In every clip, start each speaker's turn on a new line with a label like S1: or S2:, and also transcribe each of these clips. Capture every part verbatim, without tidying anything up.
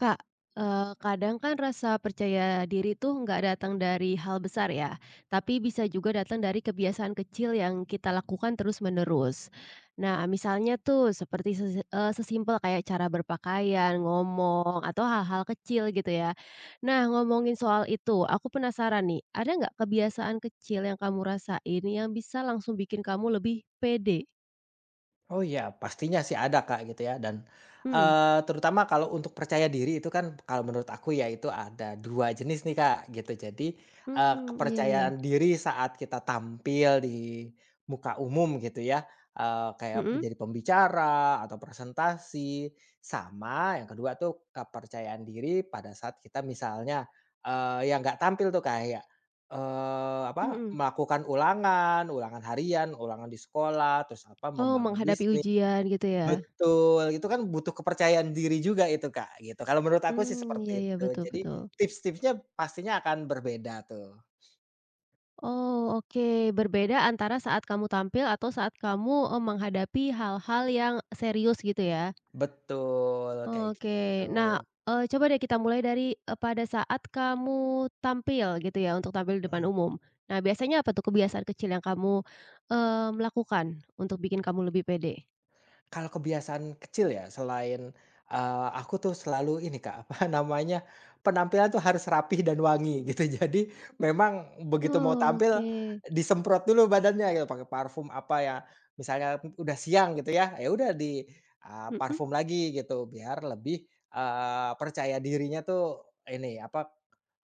S1: Kak, eee, kadang kan rasa percaya diri tuh nggak datang dari hal besar ya, tapi bisa juga datang dari kebiasaan kecil yang kita lakukan terus-menerus. Nah, misalnya tuh seperti sese eee, sesimpel kayak cara berpakaian, ngomong, atau hal-hal kecil gitu ya. Nah, ngomongin soal itu, aku penasaran nih, ada nggak kebiasaan kecil yang kamu rasain yang bisa langsung bikin kamu lebih pede?
S2: Oh iya, pastinya sih ada Kak, gitu ya dan,
S1: Hmm.
S2: eee, terutama kalau untuk percaya diri itu kan kalau menurut aku ya itu ada dua jenis nih Kak, gitu. Jadi, eee,
S1: Mmm, iya, iya.
S2: kepercayaan diri saat kita tampil di muka umum gitu ya, eee, kayak
S1: Mhm?
S2: menjadi pembicara atau presentasi, sama yang kedua tuh kepercayaan diri pada saat kita misalnya, eee, ya nggak tampil tuh kayak Eee, apa,
S1: Mhm.
S2: melakukan ulangan, ulangan harian, ulangan di sekolah, terus apa,
S1: Oh,
S2: membangun
S1: menghadapi
S2: bisnis
S1: ujian gitu ya?
S2: betul, itu kan butuh kepercayaan diri juga itu, Kak, gitu. Kalau menurut aku sih
S1: Mmm, iya,
S2: seperti
S1: iya,
S2: itu.
S1: betul,
S2: Jadi
S1: betul.
S2: tips-tipsnya pastinya akan berbeda tuh.
S1: Oh, oke, berbeda antara saat kamu tampil atau saat kamu, eee, menghadapi hal-hal yang serius gitu ya?
S2: Betul, kayak gitu.
S1: Oke. Nah, eee, coba deh kita mulai dari, eee, pada saat kamu tampil gitu ya, untuk tampil di depan
S2: Mhm.
S1: umum. Nah, biasanya apa tuh kebiasaan kecil yang kamu, eee, lakukan untuk bikin kamu lebih pede?
S2: Kalau kebiasaan kecil ya selain, eee, aku tuh selalu ini Kak, apa namanya, penampilan tuh harus rapih dan wangi gitu. Jadi memang begitu mau tampil
S1: Oke.
S2: disemprot dulu badannya gitu pakai parfum apa ya, misalnya udah siang gitu ya, ya udah di, eee,
S1: Mhm,
S2: parfum lagi gitu biar lebih, eee, percaya dirinya tuh ini apa,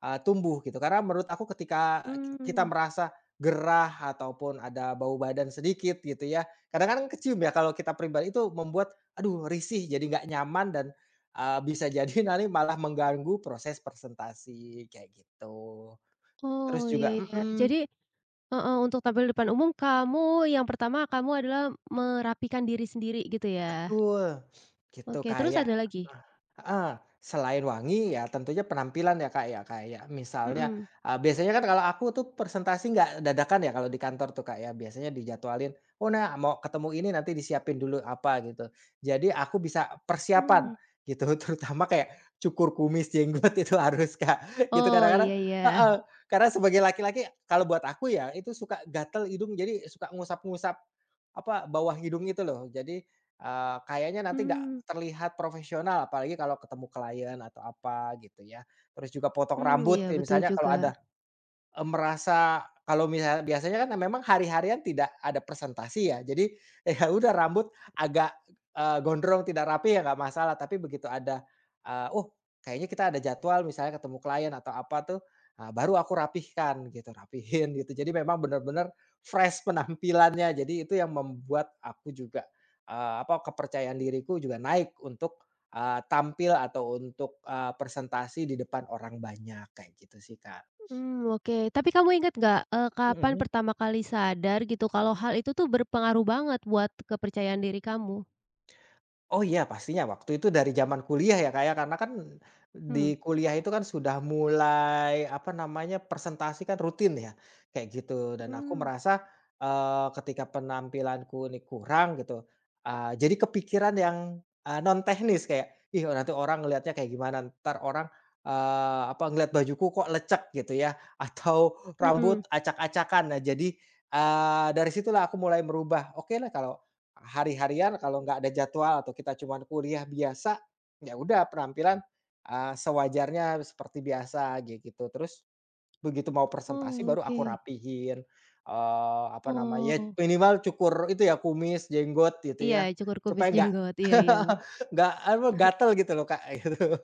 S2: eee, tumbuh gitu. Karena menurut aku ketika kita
S1: mmm.
S2: merasa gerah ataupun ada bau badan sedikit gitu ya, kadang-kadang kecium ya kalau kita pribadi itu membuat, aduh risih jadi nggak nyaman dan, eee, bisa jadi nanti malah mengganggu proses presentasi kayak gitu.
S1: Oh,
S2: Terus juga
S1: iya, iya.
S2: mhm.
S1: Jadi, heeh, untuk tampil di depan umum kamu yang pertama kamu adalah merapikan diri sendiri gitu ya?
S2: Betul, gitu
S1: Oke, terus
S2: kayak
S1: ada lagi?
S2: ah ah, selain wangi ya tentunya penampilan ya, Kak, ya, kayak misalnya,
S1: Mhm.
S2: eee, biasanya kan kalau aku tuh presentasi nggak dadakan ya kalau di kantor tuh, Kak, ya, biasanya dijadwalin, "Oh, nah mau ketemu ini nanti disiapin dulu apa," gitu. Jadi aku bisa persiapan
S1: Mmm.
S2: gitu, terutama kayak cukur kumis, jenggot itu harus, Kak, gitu
S1: Oh,
S2: kadang-kadang
S1: iya, iya.
S2: heeh, karena sebagai laki-laki kalau buat aku ya itu suka gatel hidung jadi suka ngusap-ngusap, apa, bawah hidung itu loh. Jadi Eee, kayaknya nanti nggak
S1: Mmm.
S2: terlihat profesional apalagi kalau ketemu klien atau apa gitu ya. Terus juga potong
S1: Mmm,
S2: rambut
S1: iya
S2: ya
S1: betul
S2: misalnya
S1: juga.
S2: kalau ada Eee, merasa kalau misalnya biasanya kan memang hari-harian tidak ada presentasi ya, jadi ya udah rambut agak, eee, gondrong tidak rapi ya nggak masalah, tapi begitu ada, eee, "Oh kayaknya kita ada jadwal," misalnya ketemu klien atau apa tuh, eee, baru aku rapihkan gitu, rapihin gitu. Jadi memang benar-benar fresh penampilannya, jadi itu yang membuat aku juga, eee, apa, kepercayaan diriku juga naik untuk, eee, tampil atau untuk, eee, presentasi di depan orang banyak, kayak gitu sih, Kak.
S1: Mmm, oke. Tapi kamu ingat nggak, eee, kapan
S2: Mhm.
S1: pertama kali sadar gitu kalau hal itu tuh berpengaruh banget buat kepercayaan diri kamu?
S2: Oh iya pastinya, waktu itu dari zaman kuliah ya Kak ya, karena kan
S1: Hmm.
S2: di kuliah itu kan sudah mulai, apa namanya, presentasi kan rutin ya, kayak gitu. Dan aku
S1: Mmm.
S2: merasa, eee, ketika penampilanku ini kurang gitu, eee, jadi kepikiran yang, non teknis kayak, "Ih oh, nanti orang ngelihatnya kayak gimana? Ntar orang, eee, apa, ngelihat bajuku kok lecek," gitu ya, atau rambut
S1: Mhm.
S2: acak-acakan. Nah jadi, eee, dari situlah aku mulai merubah, oke lah kalau hari-harian kalau nggak ada jadwal atau kita cuman kuliah biasa, ya udah penampilan, eee, sewajarnya seperti biasa gitu. Terus begitu mau presentasi
S1: Oh,
S2: baru
S1: oke.
S2: aku rapihin, eee, apa namanya, ya
S1: Oh,
S2: minimal cukur itu ya kumis, jenggot gitu
S1: iya
S2: ya,
S1: cukur
S2: supaya
S1: kumis
S2: nggak
S1: jenggot, iya, iya, be
S2: nggak apa, gatel gitu loh Kak, gitu.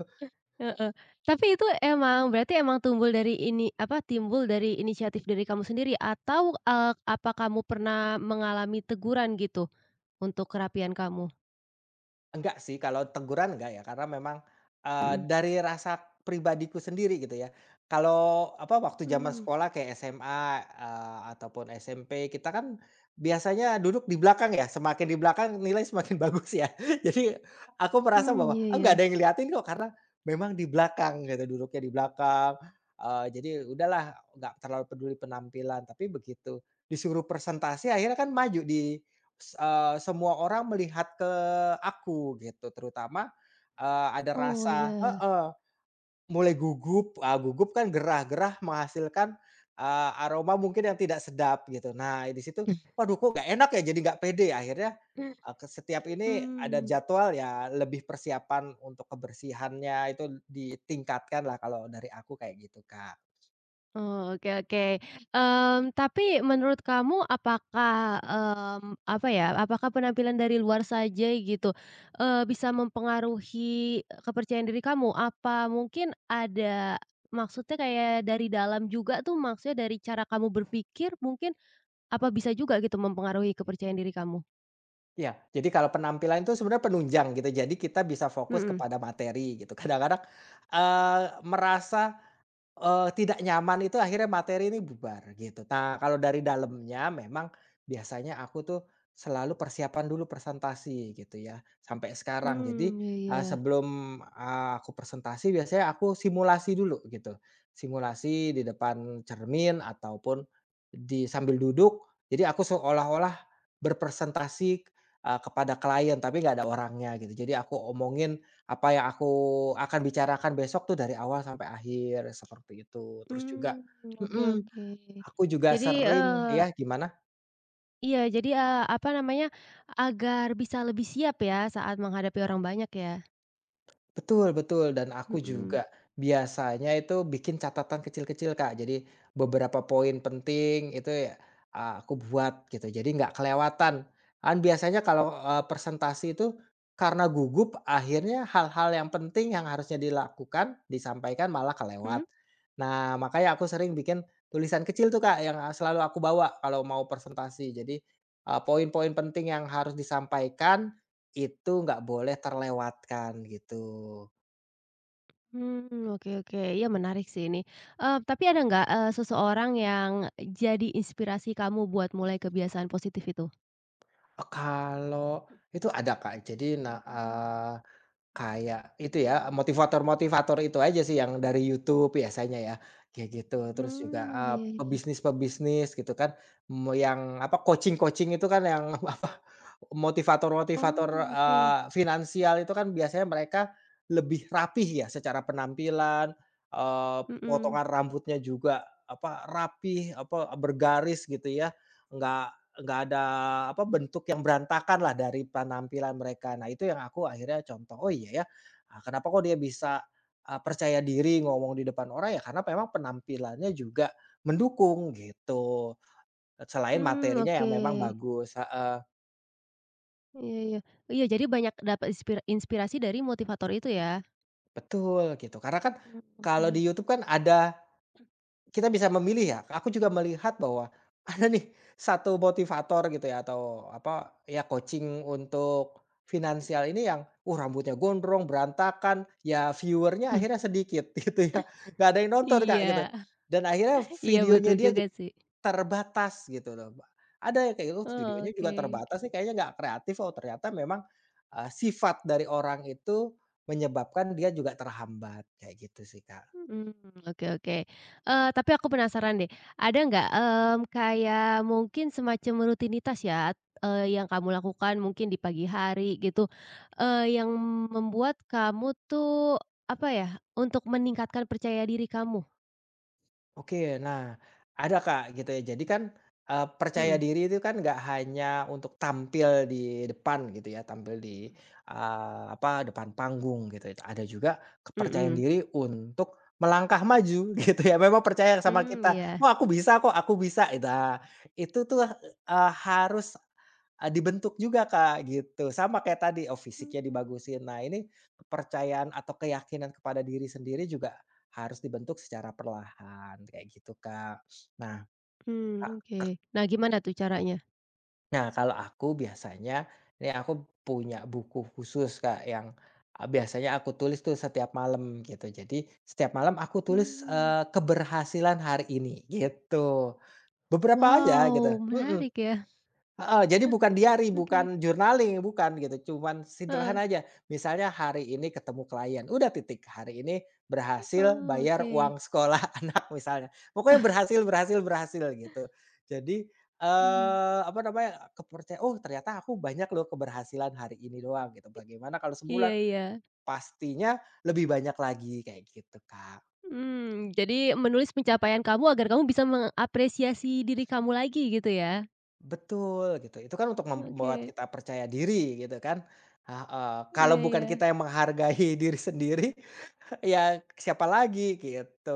S1: heeh. Tapi itu emang berarti emang tumbuh dari ini apa, timbul dari inisiatif dari kamu sendiri atau, eee, apa kamu pernah mengalami teguran gitu untuk kerapian kamu?
S2: Enggak sih, kalau teguran enggak ya, karena memang, eee,
S1: Mhm.
S2: dari rasa pribadiku sendiri gitu ya. Kalau, apa, waktu zaman
S1: Mmm.
S2: sekolah kayak S M A, eee, ataupun S M P, kita kan biasanya duduk di belakang ya, semakin di belakang nilai semakin bagus ya. Jadi aku merasa
S1: Mmm,
S2: bahwa,
S1: iya
S2: "Ah,
S1: ya.
S2: nggak ada yang ngeliatin kok," karena memang di belakang gitu, duduknya di belakang, eee, jadi udahlah nggak terlalu peduli penampilan. Tapi begitu disuruh presentasi akhirnya kan maju di s eee, semua orang melihat ke eee, aku gitu terutama, eee, ada
S1: Oh,
S2: rasa
S1: iya.
S2: heeh, mulai gugup, ah, gugup kan gerah, gerah menghasilkan, eee, aroma mungkin yang tidak sedap gitu. Nah di situ, waduh kok nggak enak ya jadi nggak pede akhirnya, eee, ke setiap ini ada
S1: Mmm.
S2: jadwal ya lebih persiapan untuk kebersihannya itu ditingkatkan lah kalau dari aku kayak gitu, Kak.
S1: Oh, oke, oke. Mmm, tapi menurut kamu apakah, mmm, apa ya, apakah penampilan dari luar saja gitu, eee, bisa mempengaruhi kepercayaan diri kamu? Apa mungkin ada maksudnya kayak dari dalam juga tuh, maksudnya dari cara kamu berpikir mungkin, apa bisa juga gitu mempengaruhi kepercayaan diri kamu?
S2: Ya jadi kalau penampilan itu sebenarnya penunjang gitu jadi kita bisa fokus
S1: Mhm.
S2: kepada materi gitu kadang-kadang, eee, merasa Eee, tidak nyaman itu akhirnya materi ini bubar gitu. Nah kalau dari dalamnya memang biasanya aku tuh selalu persiapan dulu presentasi gitu ya, sampai sekarang. Jadi,
S1: Hmm. Iya,
S2: eee,
S1: ya.
S2: sebelum, eee, aku presentasi biasanya aku simulasi dulu gitu. Simulasi di depan cermin ataupun di sambil duduk, jadi aku seolah-olah berpresentasi, eee, kepada klien tapi nggak ada orangnya gitu. Jadi aku omongin apa yang aku akan bicarakan besok tuh dari awal sampai akhir, seperti itu. Terus juga
S1: Mmm, oke,
S2: mhm,
S1: oke.
S2: aku juga
S1: Jadi,
S2: sering iya, gimana?
S1: iya, jadi, eee, apa namanya, agar bisa lebih siap ya saat menghadapi orang banyak ya?
S2: Betul betul, dan aku
S1: Mhm.
S2: juga biasanya itu bikin catatan kecil-kecil, Kak. Jadi beberapa poin penting itu ya, eee, aku buat gitu, jadi nggak kelewatan. Kan biasanya kalau, eee, presentasi itu karena gugup akhirnya hal-hal yang penting yang harusnya dilakukan, disampaikan malah kelewat.
S1: Mhm?
S2: Nah, makanya aku sering bikin tulisan kecil tuh, Kak, yang eh, selalu aku bawa kalau mau presentasi. Jadi, eee, poin-poin penting yang harus disampaikan itu nggak boleh terlewatkan gitu.
S1: Mmm, oke, oke. Iya menarik sih ini. Eee, tapi ada nggak, eee, seseorang yang jadi inspirasi kamu buat mulai kebiasaan positif itu?
S2: E kalau itu ada Kak, jadi na Mhm. Kayak itu ya, motivator-motivator itu aja sih yang dari YouTube biasanya ya, kayak gitu. Terus juga,
S1: Hmm,
S2: eee,
S1: iya, iya.
S2: pebisnis-pebisnis gitu kan, me yang apa, coaching-coaching itu kan yang apa, motivator-motivator,
S1: Oh, oke.
S2: eee, finansial itu kan biasanya mereka lebih rapih ya secara penampilan, eee,
S1: Mhm.
S2: potongan rambutnya juga apa, rapih, apa, bergaris gitu ya, nggak nggak ada, apa, bentuk yang berantakan lah dari penampilan mereka. Nah, itu yang aku akhirnya contoh, "Oh, iya ya, eee, kenapa kok dia bisa, eee, percaya diri ngomong di depan orang?" Ya karena memang penampilannya juga mendukung gitu, e selain
S1: Mmm,
S2: materinya yang
S1: oke.
S2: memang bagus heeh,
S1: Iya, iya. Iya, jadi banyak dapat inspir inspirasi dari motivator itu ya?
S2: betul gitu. Karena kan
S1: Mmm,
S2: kalau di
S1: oke.
S2: YouTube kan ada kita bisa memilih ya, aku juga melihat bahwa ada nih satu motivator gitu ya atau apa, ya coaching untuk finansial ini yang, uh, rambutnya gondrong, berantakan, ya viewernya akhirnya sedikit gitu ya, nggak ada yang nonton, Kak, gitu.
S1: Iya.
S2: Dan akhirnya
S1: Iya
S2: videonya
S1: betul
S2: dia
S1: juga
S2: juga
S1: sih.
S2: terbatas gitu loh, ada yang kayak gitu,
S1: Oh,
S2: videonya juga
S1: oke.
S2: terbatas nih kayaknya nggak kreatif, oh ternyata memang, eee, sifat dari orang itu menyebabkan dia juga terhambat, kayak gitu sih, Kak.
S1: Mhm, oke, oke. Eee, tapi aku penasaran deh, ada nggak, mmm, kayak mungkin semacam rutinitas ya, eee, yang kamu lakukan mungkin di pagi hari gitu, eee, yang membuat kamu tuh, apa ya, untuk meningkatkan percaya diri kamu?
S2: Oke, nah ada Kak gitu ya. Jadi kan, eee, percaya
S1: Mhm,
S2: diri itu kan nggak hanya untuk tampil di depan gitu ya, tampil di, eee, apa, depan panggung gitu. Ada juga kepercayaan
S1: mhm,
S2: diri untuk melangkah maju gitu ya, memang percaya sama
S1: mmm,
S2: kita,
S1: iya.
S2: "Wah aku bisa kok, aku bisa." Nah itu tuh, eee, harus, eee, dibentuk juga Kak gitu. Sama kayak tadi, oh fisiknya
S1: Mmm.
S2: dibagusin. Nah ini kepercayaan atau keyakinan kepada diri sendiri juga harus dibentuk secara perlahan, kayak gitu, Kak. Nah,
S1: Mmm,
S2: Kak
S1: oke.
S2: kek
S1: Nah gimana tuh caranya?
S2: nah, kalau aku biasanya ini aku punya buku khusus, Kak, yang, eee, biasanya aku tulis tuh setiap malam, gitu. Jadi, setiap malam aku tulis,
S1: Mmm,
S2: eee, keberhasilan hari ini, gitu. Beberapa aja, gitu
S1: wow,
S2: mhm.
S1: menarik ya.
S2: Heeh, jadi bukan diari,
S1: Oke,
S2: bukan journaling, bukan gitu, cuman
S1: heeh,
S2: sederhana aja. Misalnya hari ini ketemu klien, udah titik, hari ini berhasil
S1: oh,
S2: bayar
S1: oke.
S2: uang sekolah anak misalnya. Pokoknya berhasil berhasil berhasil gitu. Jadi,
S1: Mhm,
S2: eee, apa namanya, kepercayaan. "Oh ternyata aku banyak loh keberhasilan hari ini doang," gitu. Bagaimana kalau sebulan,
S1: iya, iya.
S2: pastinya lebih banyak lagi, kayak gitu, Kak.
S1: Mmm, jadi menulis pencapaian kamu agar kamu bisa mengapresiasi diri kamu lagi gitu ya?
S2: Betul gitu, itu kan untuk membuat
S1: Oke,
S2: kita percaya diri gitu kan, heeh, kalau
S1: iya,
S2: bukan
S1: iya,
S2: kita yang menghargai diri sendiri, ya siapa lagi gitu.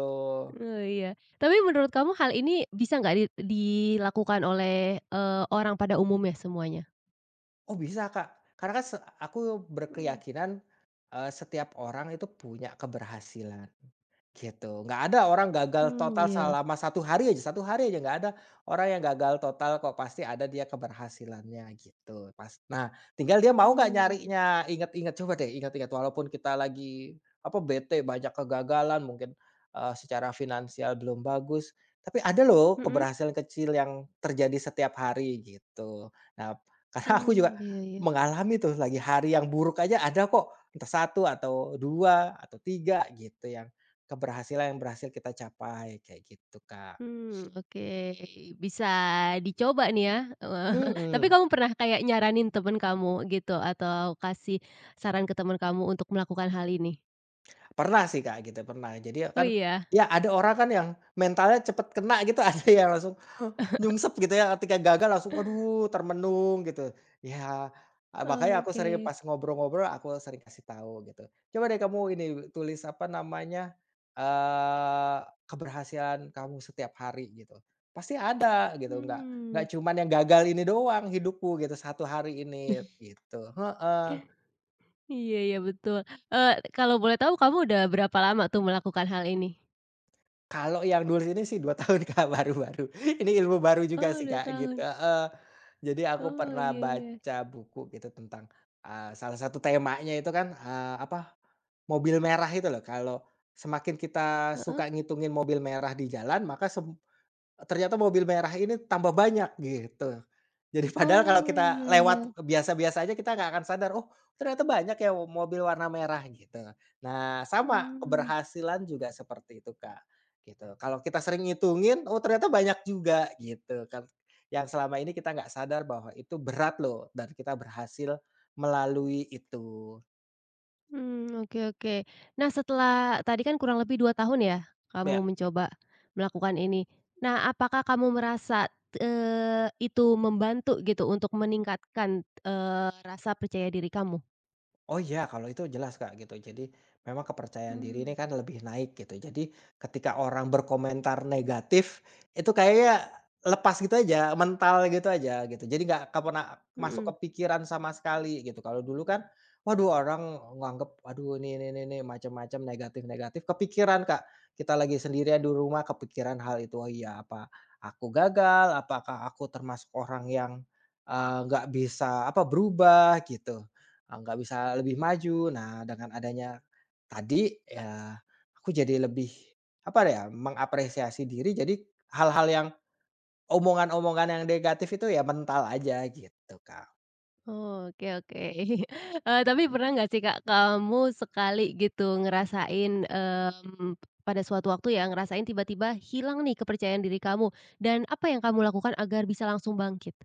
S1: oh iya. Tapi menurut kamu hal ini bisa nggak di dilakukan oleh, eee, orang pada umumnya semuanya?
S2: Oh bisa Kak, karena kan se aku
S1: Mmm.
S2: berkeyakinan, eee, setiap orang itu punya keberhasilan. Gitu, nggak ada orang gagal
S1: Mmm,
S2: total
S1: iya.
S2: selama satu hari aja satu hari aja nggak ada orang yang gagal total kok, pasti ada dia keberhasilannya gitu pas nah tinggal dia mau nggak
S1: Mmm. Mhm.
S2: nyarinya, ingat-ingat coba deh ingat-ingat walaupun kita lagi apa, bete banyak kegagalan mungkin, eee, secara finansial belum bagus, tapi ada loh
S1: Mhm.
S2: keberhasilan kecil yang terjadi setiap hari gitu. Nah, karena aku juga
S1: Mmm, iya, iya.
S2: mengalami tuh lagi hari yang buruk aja ada kok, entah satu atau dua atau tiga gitu yang keberhasilan yang berhasil kita capai, kayak gitu, Kak.
S1: Mmm, oke, bisa dicoba nih ya, eee, tapi
S2: Mhm.
S1: kamu pernah kayak nyaranin temen kamu gitu atau kasih saran ke temen kamu untuk melakukan hal ini?
S2: Pernah sih, Kak, gitu, pernah. Jadi ya
S1: Oh
S2: kan
S1: iya?
S2: ya ada orang kan yang mentalnya cepet kena gitu, ada yang langsung nyungsep gitu ya, ketika gagal langsung, aduh, termenung gitu. Ya, eee, makanya aku sering
S1: Oke.
S2: pas ngobrol-ngobrol, aku sering kasih tahu gitu. Coba deh kamu ini, tulis apa namanya, eee, keberhasilan kamu setiap hari gitu. Pasti ada gitu, nggak
S1: Hmm,
S2: nggak cuman yang gagal ini doang hidupku gitu, satu hari ini, gitu. Heeh.
S1: iya, iya betul. Eee, kalau boleh tahu kamu udah berapa lama tuh melakukan hal ini?
S2: Kalau yang nulis ini sih dua tahun, Kak, baru-baru. Ini ilmu baru juga
S1: Oh
S2: sih,
S1: dua
S2: Kak, gitu
S1: tahun.
S2: heeh. Jadi aku
S1: Oh,
S2: pernah
S1: iya, iya.
S2: baca buku gitu tentang, eee, salah satu temanya itu kan, eee, apa, mobil merah itu loh. Kalau semakin kita
S1: Heeh.
S2: suka ngitungin mobil merah di jalan, maka sem ternyata mobil merah ini tambah banyak gitu. Jadi padahal kalau
S1: Oh,
S2: kita
S1: iya, iya.
S2: lewat biasa-biasa aja kita nggak akan sadar, "Oh ternyata banyak ya mobil warna merah," gitu. Nah sama
S1: Mmm.
S2: keberhasilan juga seperti itu Kak, gitu. Kalau kita sering ngitungin, oh ternyata banyak juga gitu kan. Yang selama ini kita nggak sadar bahwa itu berat loh dan kita berhasil melalui itu.
S1: Mmm, oke, oke. Nah setelah tadi kan kurang lebih dua tahun ya
S2: Ya
S1: kamu mencoba melakukan ini. Nah apakah kamu merasa, eee, itu membantu gitu untuk meningkatkan, eee, rasa percaya diri kamu?
S2: oh iya, kalau itu jelas, Kak, gitu. Jadi memang kepercayaan
S1: Mmm,
S2: diri ini kan lebih naik gitu. Jadi ketika orang berkomentar negatif, itu kayaknya lepas gitu aja, mental gitu aja gitu. Jadi nggak ke pernah masuk ke
S1: mhm.
S2: pikiran sama sekali gitu. Kalau dulu kan, waduh orang nganggep, waduh ini ini ini, ini macam-macam negatif-negatif, kepikiran, Kak. Kita lagi sendirian di rumah kepikiran hal itu. Oh iya, apa aku gagal? Apakah aku termasuk orang yang eh, nggak bisa apa berubah gitu? eee, nggak bisa lebih maju. Nah, dengan adanya tadi, ya aku jadi lebih, apa ya, mengapresiasi diri, jadi hal-hal yang omongan-omongan yang negatif itu ya mental aja gitu, Kak.
S1: Oke, oke. Eee, tapi pernah nggak sih, Kak, kamu sekali gitu ngerasain, mmm, pada suatu waktu ya, ngerasain tiba-tiba hilang nih kepercayaan diri kamu, dan apa yang kamu lakukan agar bisa langsung bangkit?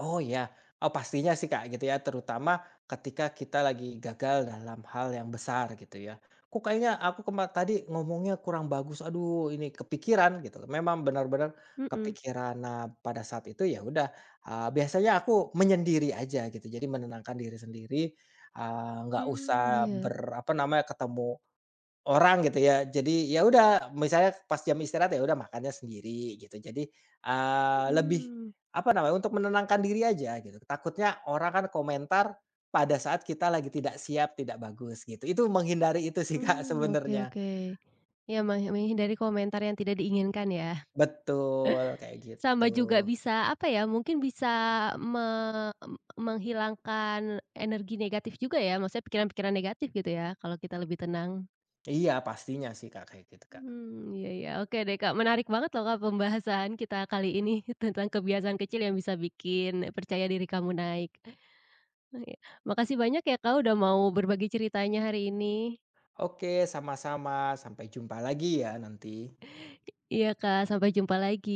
S2: Oh ya, oh pastinya sih Kak gitu ya, terutama ketika kita lagi gagal dalam hal yang besar gitu ya. Kok kayaknya aku kema tadi ngomongnya kurang bagus, aduh ini kepikiran gitu. Memang benar-benar
S1: Mhm.
S2: kepikiran. Nah pada saat itu ya udah, eee, biasanya aku menyendiri aja gitu, jadi menenangkan diri sendiri, eee, nggak
S1: Mmm,
S2: usah
S1: iya.
S2: ber apa namanya, ketemu orang gitu ya. Jadi ya udah misalnya pas jam istirahat ya udah makannya sendiri gitu. Jadi, eee, lebih
S1: Mmm.
S2: apa namanya, untuk menenangkan diri aja gitu. Takutnya orang kan komentar pada saat kita lagi tidak siap, tidak bagus gitu. Itu menghindari itu sih Kak
S1: Mmm, oke,
S2: sebenarnya.
S1: oke. Ya, meh menghindari komentar yang tidak diinginkan ya.
S2: Betul, kayak gitu.
S1: Sama juga bisa, apa ya, mungkin bisa me menghilangkan energi negatif juga ya, maksudnya pikiran-pikiran negatif gitu ya, kalau kita lebih tenang.
S2: Iya pastinya sih Kak, kayak gitu Kak.
S1: Mmm, iya, iya. Oke deh, Kak, menarik banget loh, Kak, pembahasan kita kali ini tentang kebiasaan kecil yang bisa bikin percaya diri kamu naik. Oh, iya. Makasih banyak ya, Kak, udah mau berbagi ceritanya hari ini.
S2: Oke sama-sama, sampai jumpa lagi ya nanti.
S1: Iya, Kak, sampai jumpa lagi.